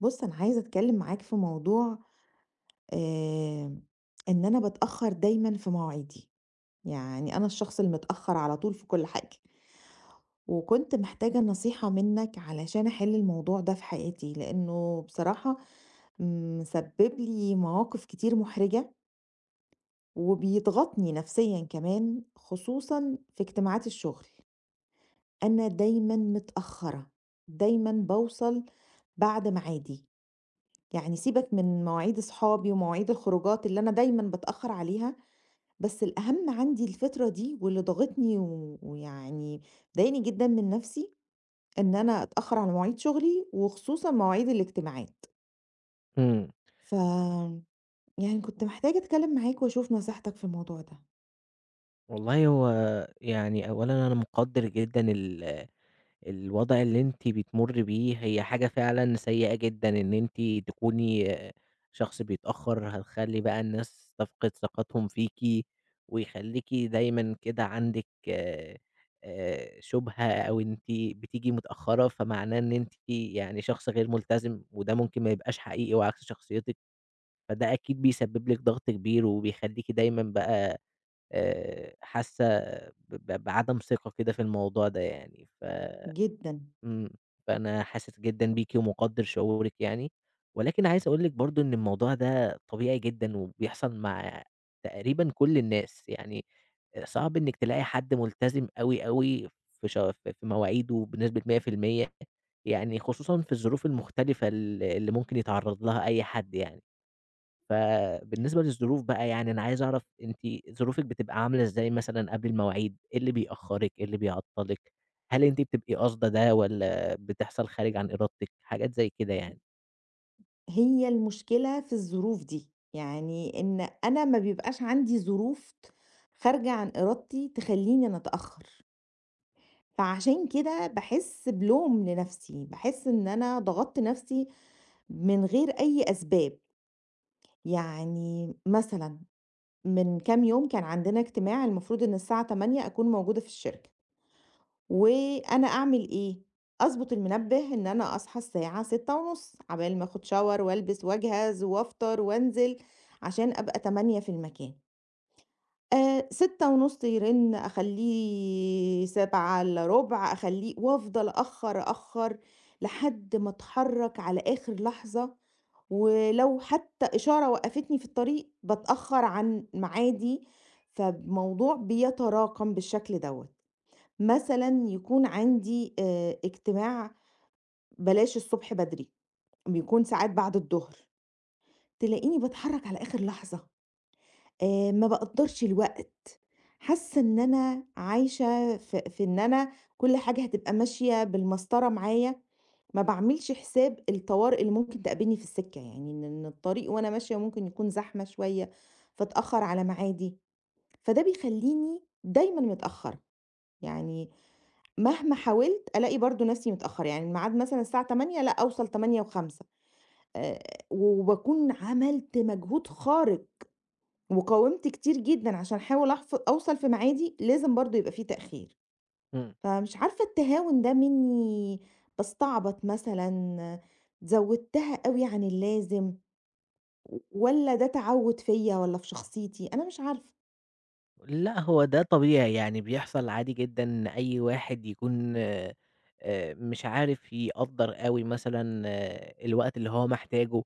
بُص، أنا عايزة أتكلّم معاك في موضوع آآ إن أنا باتأخّر دايمًا في مواعيدي، يعني أنا الشخص المتأخّر على طول في كل حاجة، وكنت محتاجة نصيحة منّك علشان أحِل الموضوع ده في حياتي، لإنه بصراحة مسبِّب لي مواقف كتير مُحرِجة، وبيضغطني نفسيًا كمان، خصوصًا في اجتماعات الشُغل. أنا دايمًا متأخّرة، دايمًا باوصل بعد ميعادي. يعني سيبك من مواعيد أصحابي ومواعيد الخروجات اللي أنا دايمًا باتأخّر عليها، بس الأهم عندي الفترة دي واللي ضاغطني و ويعني مضايقني جدًا من نَفْسي، إن أنا أتأخّر على مواعيد شغلي وخصوصًا مواعيد الاجتماعات. إمم، ف يعني كنت محتاجة أتكلّم معاك وأشوف نصيحتك في الموضوع ده. والله هو يعني أولًا أنا مقدّر جدًا ال الوضع اللي أنتِ بتمُرّي بيه، هي حاجة فعلًا سيئة جدًا إن أنتِ تكوني شخص بيتأخّر، هتخلّي بقى الناس تفقد ثقتهم فيكِ، ويخلّيكِ دايمًا كده عندِك شُبهة أو أنتِ بتيجي متأخّرة، فمعناه إن أنتِ يعني شخص غير ملتزم، وده ممكن ما يبقاش حقيقي وعكس شخصيتِك، فده أكيد بيسبب لِك ضغط كبير، وبيخلّيكِ دايمًا بقى حاسة بعدم ثقة كده في الموضوع ده يعني، ف جدًا. إمم، فأنا حاسس جدًا بيكِ ومقدّر شعورِك يعني، ولكن عايز أقول لِك برضه إن الموضوع ده طبيعي جدًا وبيحصل مع تقريبًا كل الناس، يعني صعب إنِّك تلاقي حد ملتزم أوي في مواعيده بنسبة 100% يعني خصوصًا في الظروف المختلفة اللي ممكن يتعرّض لها أي حد يعني. فبالنسبة للظروف بقى يعني أنا عايز أعرف أنتِ ظروفِك بتبقى عاملة إزاي مثلًا قبل المواعيد، إيه اللي بيأخّرِك، إيه اللي بيعطّلِك، هل أنتِ بتبقي قاصدة ده والّا بتحصل خارج عن إرادتِك؟ حاجات زي كده يعني. هي المشكلة في الظروف دي، يعني إن أنا ما بيبقاش عندي ظروف خارجة عن إرادتي تخلّيني أنا أتأخّر. فعشان كده باحس بلوم لنفسي، باحس إن أنا ضغطت نفسي من غير أي أسباب. يعني مثلًا من كام يوم كان عندنا اجتماع المفروض إن الساعة 08:00 أكون موجودة في الشركة، وأنا أعمل إيه؟ أضبط المنبه إن أنا أصحى الساعة 06:30 عبال ما آخد shower وألبس وأجهز وأفطر وأنزل عشان أبقى 08:00 في المكان. 18:30 يرن، أخلّيه 19:15، أخلّيه وأفضل أأخّر، أأخّر لحد ما أتحرّك على آخر لحظة، ولو حتى إشارة وقّفتني في الطريق باتأخّر عن ميعادي، فالموضوع بيتراكم بالشكل دوّة. مثلًا يكون عندي اجتماع بلاش الصبح بدري، بيكون ساعات بعد الضهر، تلاقيني باتحرّك على آخر لحظة. ما باقدّرش الوقت، حاسة إن أنا عايشة في إن أنا كل حاجة هتبقى ماشية بالمسطرة معايا، ما باعملش حساب الطوارئ اللي ممكن تقابلني في السكة، يعني إن الطريق وأنا ماشية ممكن يكون زحمة شوية، فاتأخر على ميعادي، فده بيخلّيني دايمًا متأخرة. يعني مهما حاولت ألاقي برضه نفسي متأخرة، يعني الميعاد مثلًا الساعة 08:00، لأ، أوصل 08:05 آآ، وباكون عملت مجهود خارق وقاومت كتير جدًا عشان أحاول أوصل في ميعادي، لازم برضه يبقى في تأخير. إمم. فمش عارفة التهاون ده منّي، باستعبط مثلًا، زوّدتها أوي عن اللازم، والّا ده تعوّد فيّا والّا في شخصيتي، أنا مش عارفة. لأ، هو ده طبيعي، يعني بيحصل عادي جدًا إن أي واحد يكون مش عارف يقدّر أوي مثلًا الوقت اللي هو محتاجه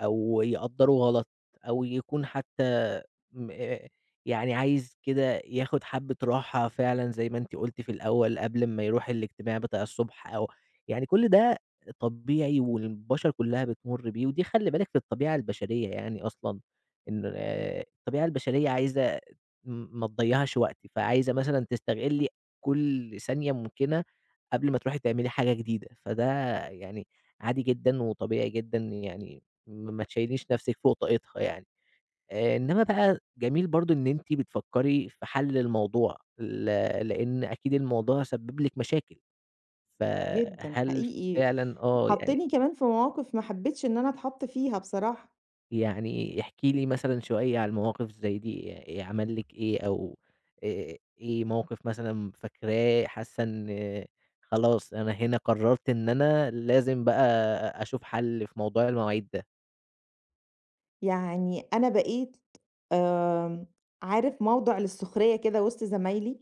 أو يقدّروه غلط، أو يكون حتى م يعني عايز كده ياخد حبّة راحة فعلًا زي ما أنتِ قُلتِ في الأول قبل ما يروح الاجتماع بتاع الصبح أو يعني كل ده طبيعي والبشر كلّها بتمُر بيه، ودي خلّي بالِك في الطبيعة البشرية يعني أصلًا، إن الطبيعة البشرية عايزة ما تضيّعش وقت، فعايزة مثلًا تستغلّي كل ثانية ممكنة قبل ما تروحي تعملي حاجة جديدة، فده يعني عادي جدًا وطبيعي جدًا يعني ما تشيليش نفسِك فوق طاقتها يعني، إنما بقى جميل برضه إن أنتِ بتفكّري في حل الموضوع، لإن أكيد الموضوع سبّب لِك مشاكل، جدًا، فهل حقيقي. فعلًا آه، يعني حطّني كمان في مواقف ما حبيتش إن أنا أتحط فيها بصراحة. يعني احكي لي مثلًا شوية على المواقف زي دي، عمل لِك إيه أو إيه موقف مثلًا فاكراه حاسة إن خلاص أنا هنا قررت إن أنا لازم بقى أشوف حل في موضوع المواعيد ده؟ يعني أنا بقيت آمم، عارف، موضع للسخرية كده وسط زمايلي،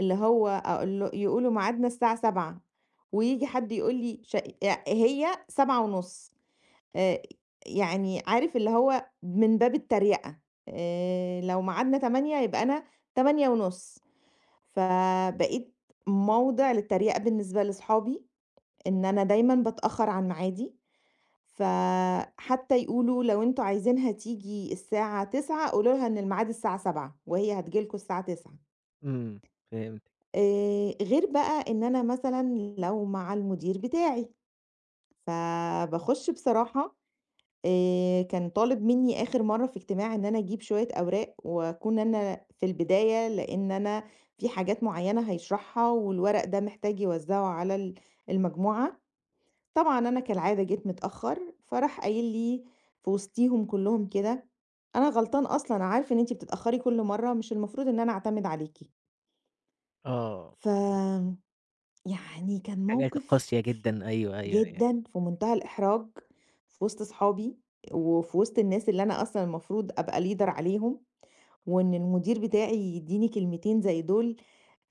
اللي هو أقول له يقولوا ميعادنا الساعة 19:00 وييجي حد يقول لي ش أ هي 19:30. آآ يعني عارف اللي هو من باب التريقة، لو ميعادنا 08:00 يبقى أنا 08:30. فبقيت موضع للتريقة بالنسبة لصحابي، إن أنا دايمًا باتأخر عن ميعادي، فحتى يقولوا لو أنتم عايزينها تيجي الساعة 09:00 قولوا لها إن الميعاد الساعة 07:00 وهي هتيجي لكم الساعة 09:00. إمم، فهمتِك، غير بقى إن أنا مثلًا لو مع المدير بتاعي، فباخش بصراحة. كان طالب منّي آخر مرّة في اجتماع إن أنا أجيب شوية أوراق وأكون أنا في البداية، لإن أنا في حاجات معيّنة هيشرحها والورق ده محتاج يوزّعه على المجموعة. طبعًا أنا كالعادة جيت متأخّر، فراح قايل لي في وسطيهم كلّهم كده: "أنا غلطان أصلًا، عارف إن أنتِ بتتأخّري كل مرّة، مش المفروض إن أنا أعتمد عليكِ." آه. ف يعني كان حاجات موقف قاسية جدًا، أيوه، أيوه، أيوه. جدًا، في منتهى الإحراج، في وسط صحابي، وفي وسط الناس اللي أنا أصلًا المفروض أبقى leader عليهم، وإن المدير بتاعي يدّيني كلمتين زي دول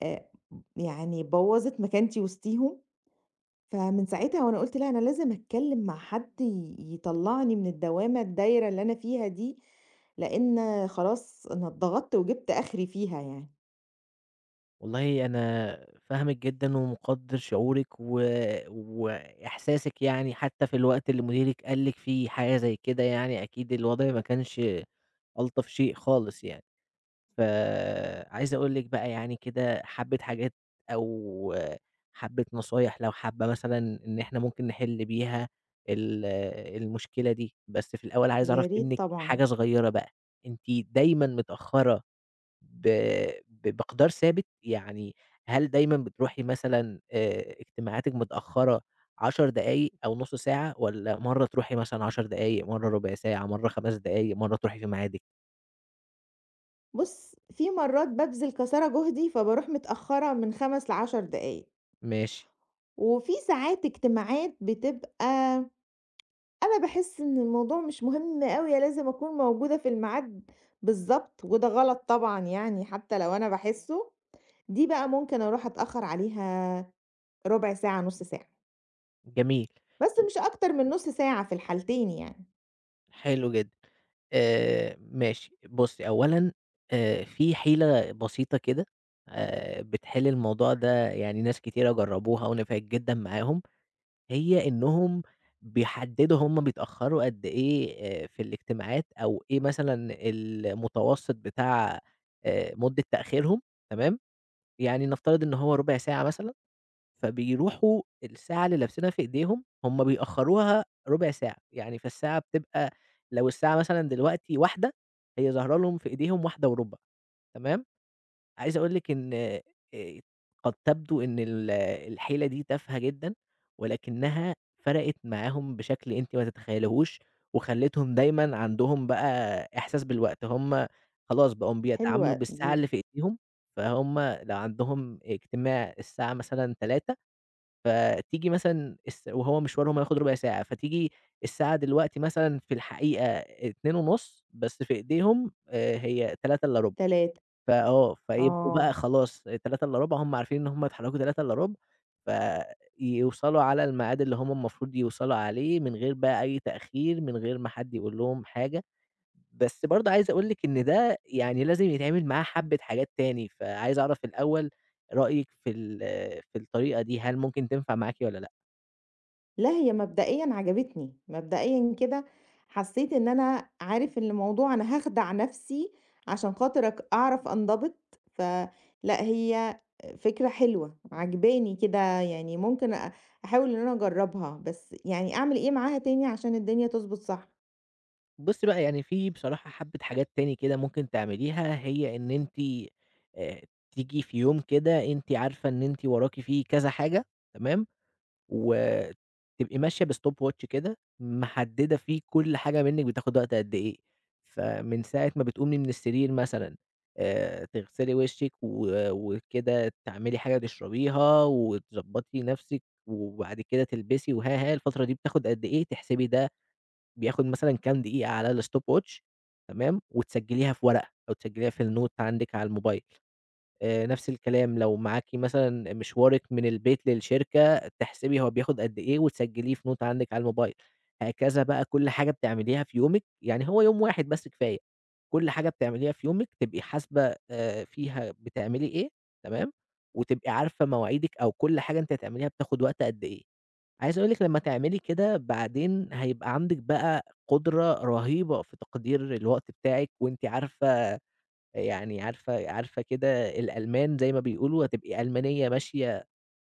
آآ، يعني بوّظت مكانتي وسطيهم. فمن ساعتها وأنا قُلت لأ، أنا لازم أتكلم مع حد يطلّعني من الدوامة الدايرة اللي أنا فيها دي، لإن خلاص أنا اتضغطت وجبت آخري فيها يعني. والله أنا فاهمِك جدًا ومقدّر شعورِك وإحساسِك يعني حتى في الوقت اللي مديرِك قال لِك فيه حاجة زي كده يعني أكيد الوضع ما كانش ألطف شيء خالص يعني. فعايز أقول لِك بقى يعني كده حبّة حاجات أو حبّة نصايح لو حابة مثلًا إن إحنا ممكن نحل بيها ال المشكلة دي، بس في الأول عايز يا أعرف ريت منِّك طبعًا. حاجة صغيّرة بقى، أنتِ دايمًا متأخّرة ب بمقدار ثابت؟ يعني هل دايمًا بتروحي مثلًا اجتماعاتِك متأخّرة 10 دقايق أو نُص ساعة والّا مرّة تروحي مثلًا 10 دقايق، مرّة ربع ساعة، مرّة 5 دقايق، مرّة تروحي في ميعادِك؟ بُص، في مرات بابذل قصارى جهدي، فباروح متأخرة من 5 ل10 دقايق. ماشي، وفي ساعات اجتماعات بتبقى أنا باحس إن الموضوع مش مهم أوي، لازم أكون موجودة في الميعاد بالضبط، وده غلط طبعًا يعني حتى لو أنا باحسه، دي بقى ممكن أروح أتأخر عليها ربع ساعة، نُص ساعة، جميل، بس مش أكتر من نُص ساعة في الحالتين يعني. حلو جدًا. ماشي، بُصّي، أولًا في حيلة بسيطة كده بتحِل الموضوع ده، يعني ناس كتيرة جرّبوها ونفعت جدًا معاهم. هي إنهم بيحددوا هم بيتأخروا قد إيه في الاجتماعات، أو إيه مثلًا المتوسط بتاع مدة تأخيرهم، تمام؟ يعني نفترض إن هو ربع ساعة مثلًا، فبيروحوا الساعة اللي لابسينها في إيديهم هم بيأخروها ربع ساعة، يعني فالساعة بتبقى لو الساعة مثلًا دلوقتي 13:00 هي ظاهرة لهم في إيديهم 13:15 تمام؟ عايز أقول لِك إن قد تبدو إن ال الحيلة دي تافهة جدًا، ولكنها فرقت معاهم بشكل أنتِ ما تتخيليهوش، وخلّتهم دايمًا عندهم بقى إحساس بالوقت، هم خلاص بقوا بيتعاملوا حلوة بالساعة دي. اللي في إيديهم، فهُم لو عندهم اجتماع الساعة مثلًا 15:00 فتيجي مثلًا وهو مشوارهم هياخد ربع ساعة، فتيجي الساعة دلوقتي مثلًا في الحقيقة 14:30 بس في إيديهم هي 15:45 3. فآه، فيبقوا بقى آه. خلاص 15:00 إلا ربع هُم عارفين إن هُم اتحركوا 15:00 إلا ربع فيوصلوا على الميعاد اللي هُم المفروض يوصلوا عليه من غير بقى أي تأخير، من غير ما حد يقول لهم حاجة، بس برضه عايز أقول لِك إن ده يعني لازم يتعمل معاه حبّة حاجات تاني، فعايز أعرف الأول رأيِك في في الطريقة دي، هل ممكن تنفع معاكِ والّا لأ؟ لا، هي مبدئيًا عجبتني، مبدئيًا كده حسيت إن أنا عارف إن الموضوع أنا هاخدع نفسي عشان خاطر أعرف أنضبط، فلأ، هي فكرة حلوة، عاجباني كده، يعني ممكن أحاول إن أنا أجرّبها، بس يعني أعمل إيه معاها تاني عشان الدنيا تضبط صح؟ بُصّي بقى، يعني في بصراحة حبّة حاجات تاني كده ممكن تعمليها، هي إن أنتِ آآ تيجي في يوم كده أنتِ عارفة إن أنتِ وراكِ فيه كذا حاجة تمام، وتبقي ماشية بstop watch كده محددة فيه كل حاجة منِّك بتاخد وقت قد إيه، فمن ساعة ما بتقومي من السرير مثلًا تغسلي وشِّك وكده تعملي حاجة تشربيها وتضبّطي نَفْسِك، وبعد كده تلبسي وها، ها، الفترة دي بتاخد قد إيه، تحسبي ده بياخد مثلًا كام دقيقة على الstop watch تمام، وتسجّليها في ورقة أو تسجّليها في الnote عندِك على الموبايل. نفس الكلام لو معاكِ مثلًا مشوارِك من البيت للشركة، تحسبي هو بياخد قد إيه وتسجّليه في note عندِك على الموبايل. هكذا بقى كل حاجة بتعمليها في يومِك، يعني هو يوم واحد بس كفاية، كل حاجة بتعمليها في يومِك تبقي حاسبة فيها بتعملي إيه تمام، وتبقي عارفة مواعيدِك أو كل حاجة أنتِ هتعمليها بتاخد وقت قد إيه. عايز أقول لِك لمّا تعملي كده بعدين هيبقى عندِك بقى قدرة رهيبة في تقدير الوقت بتاعِك، وأنتِ عارفة يعني عارفة كده الألمان زي ما بيقولوا، هتبقي ألمانية ماشية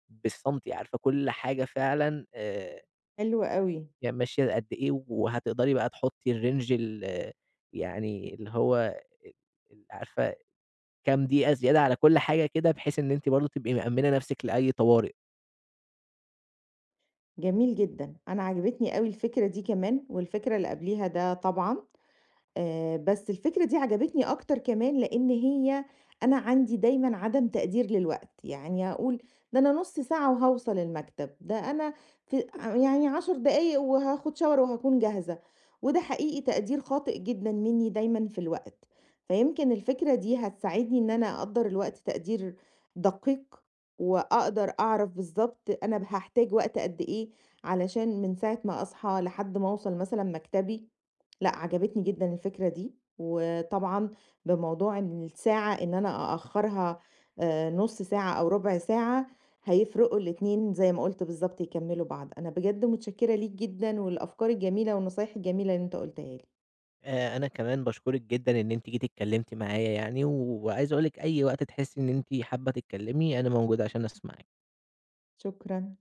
بالسنتي، عارفة كل حاجة فعلًا حلو أوي. هي ماشية قد إيه، وهتقدري بقى تحطي الrange ال يعني اللي هو ال ال عارفة كام دقيقة زيادة على كل حاجة كده، بحيث إن أنتِ برضه تبقي مأمنة نفسِك لأي طوارئ. جميل جدًا، أنا عجبتني أوي الفكرة دي كمان والفكرة اللي قبليها ده طبعًا. بس الفكرة دي عجبتني أكتر كمان لإن هي أنا عندي دايمًا عدم تقدير للوقت، يعني أقول ده أنا نُص ساعة وهاوصل المكتب، ده أنا في يعني 10 دقايق وهاخد shower وهاكون جاهزة، وده حقيقي تقدير خاطئ جدًا منّي دايمًا في الوقت. فيمكن الفكرة دي هتساعدني إن أنا أقدّر الوقت تقدير دقيق، وأقدر أعرف بالضبط أنا هاحتاج وقت قد إيه علشان من ساعة ما أصحى لحد ما أوصل مثلًا مكتبي. لأ، عجبتني جدًا الفكرة دي، وطبعًا بموضوع إن الساعة إن أنا أأخّرها نُص ساعة أو رُبع ساعة، هيفرقوا الاتنين زي ما قُلت بالضبط يكمّلوا بعض. أنا بجد متشكّرة ليك جدًا، والأفكار الجميلة والنصايح الجميلة اللي أنت قُلتها لي. أنا كمان باشكرِك جدًا إن أنتِ جيتِ اتكلمتِ معايا يعني، وعايز أقول لِك أي وقت تحسّي إن أنتِ حابة تتكلمي، أنا موجود عشان أسمعِك. شكرًا.